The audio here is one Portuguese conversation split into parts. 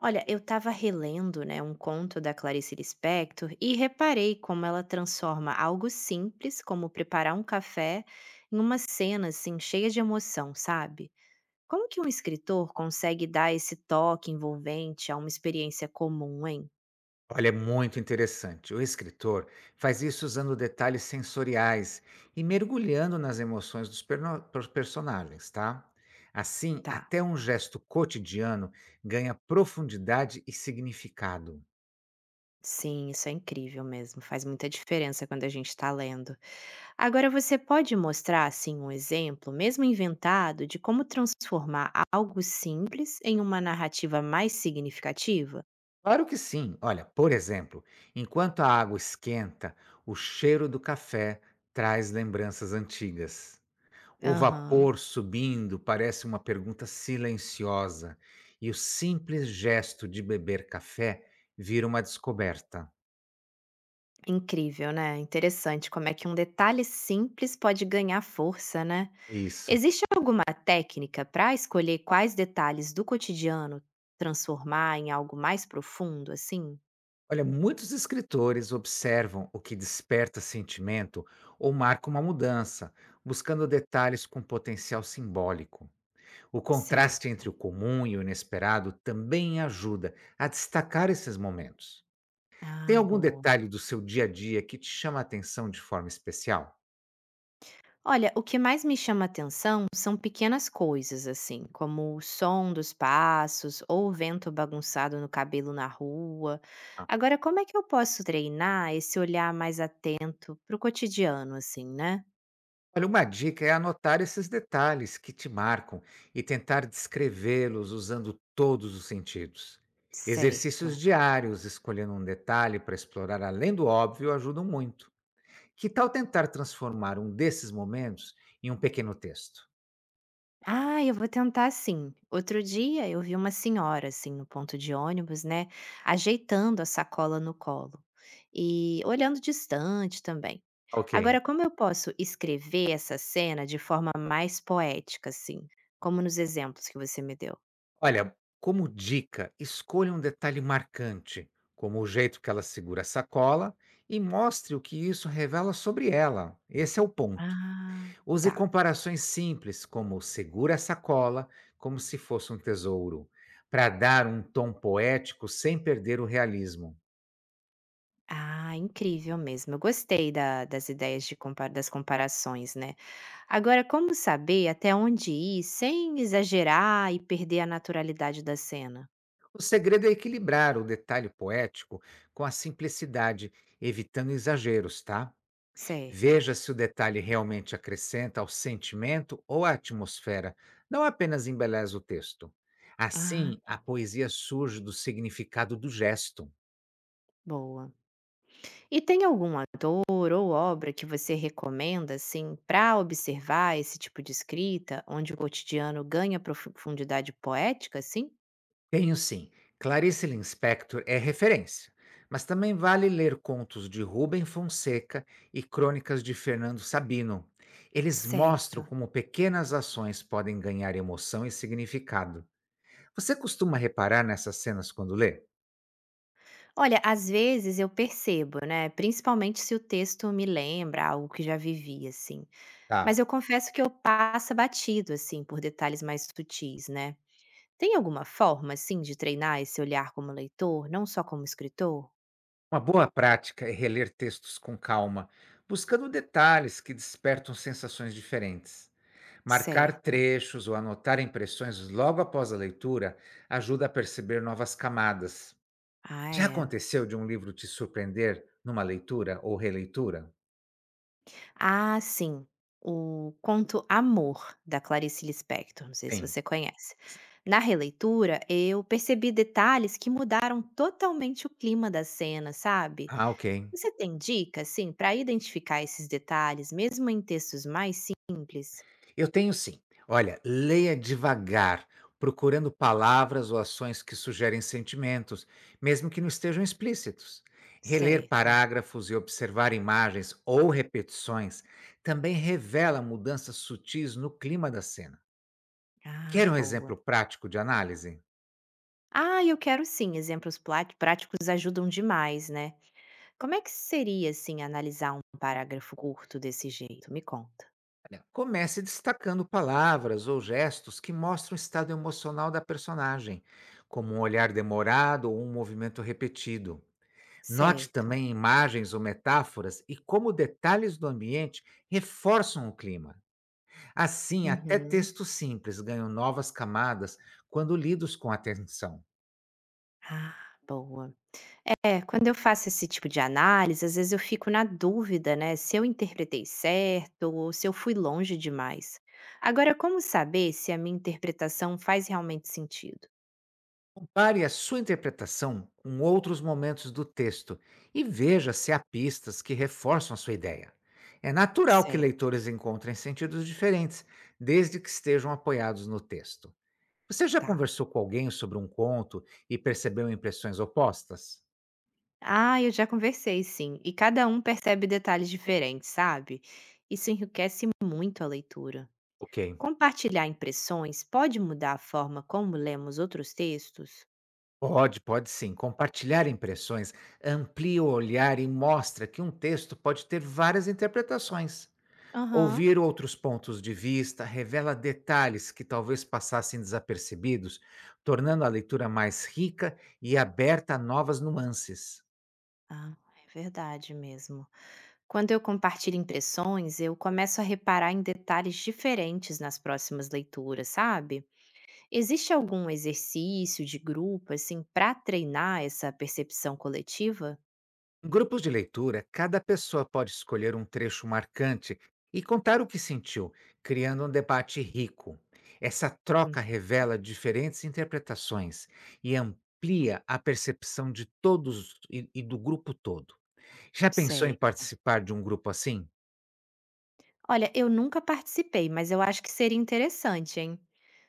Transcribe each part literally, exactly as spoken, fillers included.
Olha, eu estava relendo, né, um conto da Clarice Lispector e reparei como ela transforma algo simples, como preparar um café, em uma cena assim cheia de emoção, sabe? Como que um escritor consegue dar esse toque envolvente a uma experiência comum, hein? Olha, é muito interessante. O escritor faz isso usando detalhes sensoriais e mergulhando nas emoções dos perno- pros personagens, tá? Assim, Tá. até um gesto cotidiano ganha profundidade e significado. Sim, isso é incrível mesmo. Faz muita diferença quando a gente está lendo. Agora você pode mostrar assim um exemplo, mesmo inventado, de como transformar algo simples em uma narrativa mais significativa? Claro que sim. Olha, por exemplo, enquanto a água esquenta, o cheiro do café traz lembranças antigas. O Aham. vapor subindo parece uma pergunta silenciosa, e o simples gesto de beber café vira uma descoberta. Incrível, né? Interessante como é que um detalhe simples pode ganhar força, né? Isso. Existe alguma técnica para escolher quais detalhes do cotidiano transformar em algo mais profundo, assim? Olha, muitos escritores observam o que desperta sentimento ou marca uma mudança, buscando detalhes com potencial simbólico. O contraste Certo. entre o comum e o inesperado também ajuda a destacar esses momentos. Tem Ah, algum boa. detalhe do seu dia a dia que te chama a atenção de forma especial? Olha, o que mais me chama atenção são pequenas coisas, assim, como o som dos passos ou o vento bagunçado no cabelo na rua. Agora, como é que eu posso treinar esse olhar mais atento para o cotidiano, assim, né? Olha, uma dica é anotar esses detalhes que te marcam e tentar descrevê-los usando todos os sentidos. Exercícios Certo. diários, escolhendo um detalhe para explorar além do óbvio, ajudam muito. Que tal tentar transformar um desses momentos em um pequeno texto? Ah, eu vou tentar sim. Outro dia eu vi uma senhora, assim, no ponto de ônibus, né, ajeitando a sacola no colo e olhando distante também. Ok. Agora, como eu posso escrever essa cena de forma mais poética, assim, como nos exemplos que você me deu? Olha, como dica, escolha um detalhe marcante, como o jeito que ela segura a sacola, e mostre o que isso revela sobre ela. Esse é o ponto. Ah, Use tá. comparações simples, como segura a sacola, como se fosse um tesouro, para dar um tom poético sem perder o realismo. Ah, incrível mesmo. Eu gostei da das ideias de compa das comparações, né. Agora, como saber até onde ir sem exagerar e perder a naturalidade da cena? O segredo é equilibrar o detalhe poético com a simplicidade, evitando exageros, tá? Certo. Veja se o detalhe realmente acrescenta ao sentimento ou à atmosfera, não apenas embeleza o texto. Ah, Assim, a tá. poesia surge do significado do gesto. Boa. E tem algum ator ou obra que você recomenda, assim, para observar esse tipo de escrita, onde o cotidiano ganha profundidade poética, assim? Tenho sim. Clarice Lispector é referência, mas também vale ler contos de Rubem Fonseca e crônicas de Fernando Sabino. Eles Certo. mostram como pequenas ações podem ganhar emoção e significado. Você costuma reparar nessas cenas quando lê? Olha, às vezes eu percebo, né, principalmente se o texto me lembra algo que já vivi, assim. Tá. Mas eu confesso que eu passo batido, assim, por detalhes mais sutis, né? Tem alguma forma, assim, de treinar esse olhar como leitor, não só como escritor? Uma boa prática é reler textos com calma, buscando detalhes que despertam sensações diferentes. Marcar Certo. trechos ou anotar impressões logo após a leitura ajuda a perceber novas camadas. Ah, Já é. aconteceu de um livro te surpreender numa leitura ou releitura? Ah, sim. O conto Amor, da Clarice Lispector, não sei se Sim. você conhece. S Na releitura, eu percebi detalhes que mudaram totalmente o clima da cena, sabe? ah, ok. Você tem dicas, sim, para identificar esses detalhes, mesmo em textos mais simples? Eu tenho sim. Olha, leia devagar, procurando palavras ou ações que sugerem sentimentos, mesmo que não estejam explícitos. Reler Certo. parágrafos e observar imagens ou repetições também revela mudanças sutis no clima da cena. Ah, Quer um boa. exemplo prático de análise? Ah, eu quero sim. Exemplos plá- práticos ajudam demais, né? Como é que seria, assim, analisar um parágrafo curto desse jeito? Me conta. Né, comece destacando palavras ou gestos que mostram o estado emocional da personagem, como um olhar demorado ou um movimento repetido. Note Certo. também imagens ou metáforas e como detalhes do ambiente reforçam o clima. Assim, até Uhum. textos simples ganham novas camadas quando lidos com atenção. Ah, boa. É, quando eu faço esse tipo de análise, às vezes eu fico na dúvida, né, se eu interpretei certo ou se eu fui longe demais. Agora, como saber se a minha interpretação faz realmente sentido? Compare a sua interpretação com outros momentos do texto e veja se há pistas que reforçam a sua ideia. É natural que Certo, leitores encontrem sentidos diferentes, desde que estejam apoiados no texto. Você já tá. conversou com alguém sobre um conto e percebeu impressões opostas? Ah, eu já conversei, sim. E cada um percebe detalhes diferentes, sabe? Isso enriquece muito a leitura. Ok. Compartilhar impressões pode mudar a forma como lemos outros textos? Pode, pode sim. Compartilhar impressões amplia o olhar e mostra que um texto pode ter várias interpretações. Aham. Ouvir outros pontos de vista revela detalhes que talvez passassem desapercebidos, tornando a leitura mais rica e aberta a novas nuances. Ah, é verdade mesmo. Quando eu compartilho impressões, eu começo a reparar em detalhes diferentes nas próximas leituras, sabe? Existe algum exercício de grupo, assim, para treinar essa percepção coletiva? Em grupos de leitura, cada pessoa pode escolher um trecho marcante e contar o que sentiu, criando um debate rico. Essa Hum. troca revela diferentes interpretações e amplia a percepção de todos e e do grupo todo. Já pensou em Sei. participar de um grupo assim? Olha, eu nunca participei, mas eu acho que seria interessante, hein?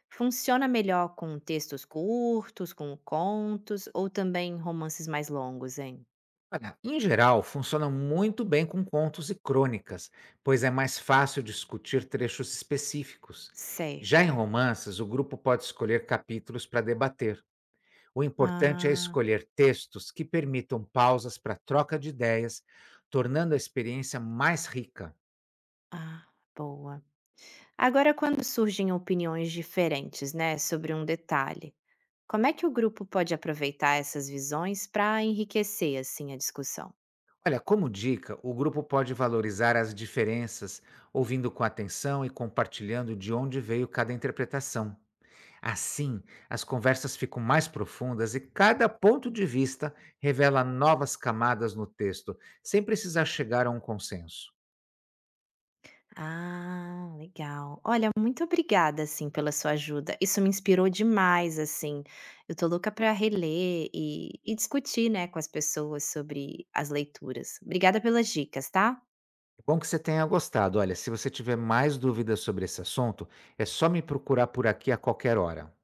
Funciona melhor com textos curtos, com contos, ou também romances mais longos, hein? Olha, em geral, funciona muito bem com contos e crônicas, pois é mais fácil discutir trechos específicos. Já em Certo. romances, o grupo pode escolher capítulos para debater. O importante é Ah, escolher textos que permitam pausas para troca de ideias, tornando a experiência mais rica. ah, boa. Agora, quando surgem opiniões diferentes, né, sobre um detalhe, como é que o grupo pode aproveitar essas visões para enriquecer assim a discussão? Olha, como dica, o grupo pode valorizar as diferenças, ouvindo com atenção e compartilhando de onde veio cada interpretação. Assim, as conversas ficam mais profundas e cada ponto de vista revela novas camadas no texto, sem precisar chegar a um consenso. Ah, legal. Olha, muito obrigada assim pela sua ajuda. Isso me inspirou demais assim. Eu tô louca para reler e, e discutir, né, com as pessoas sobre as leituras. Obrigada pelas dicas, tá? É bom que você tenha gostado. Olha, se você tiver mais dúvidas sobre esse assunto, é só me procurar por aqui a qualquer hora.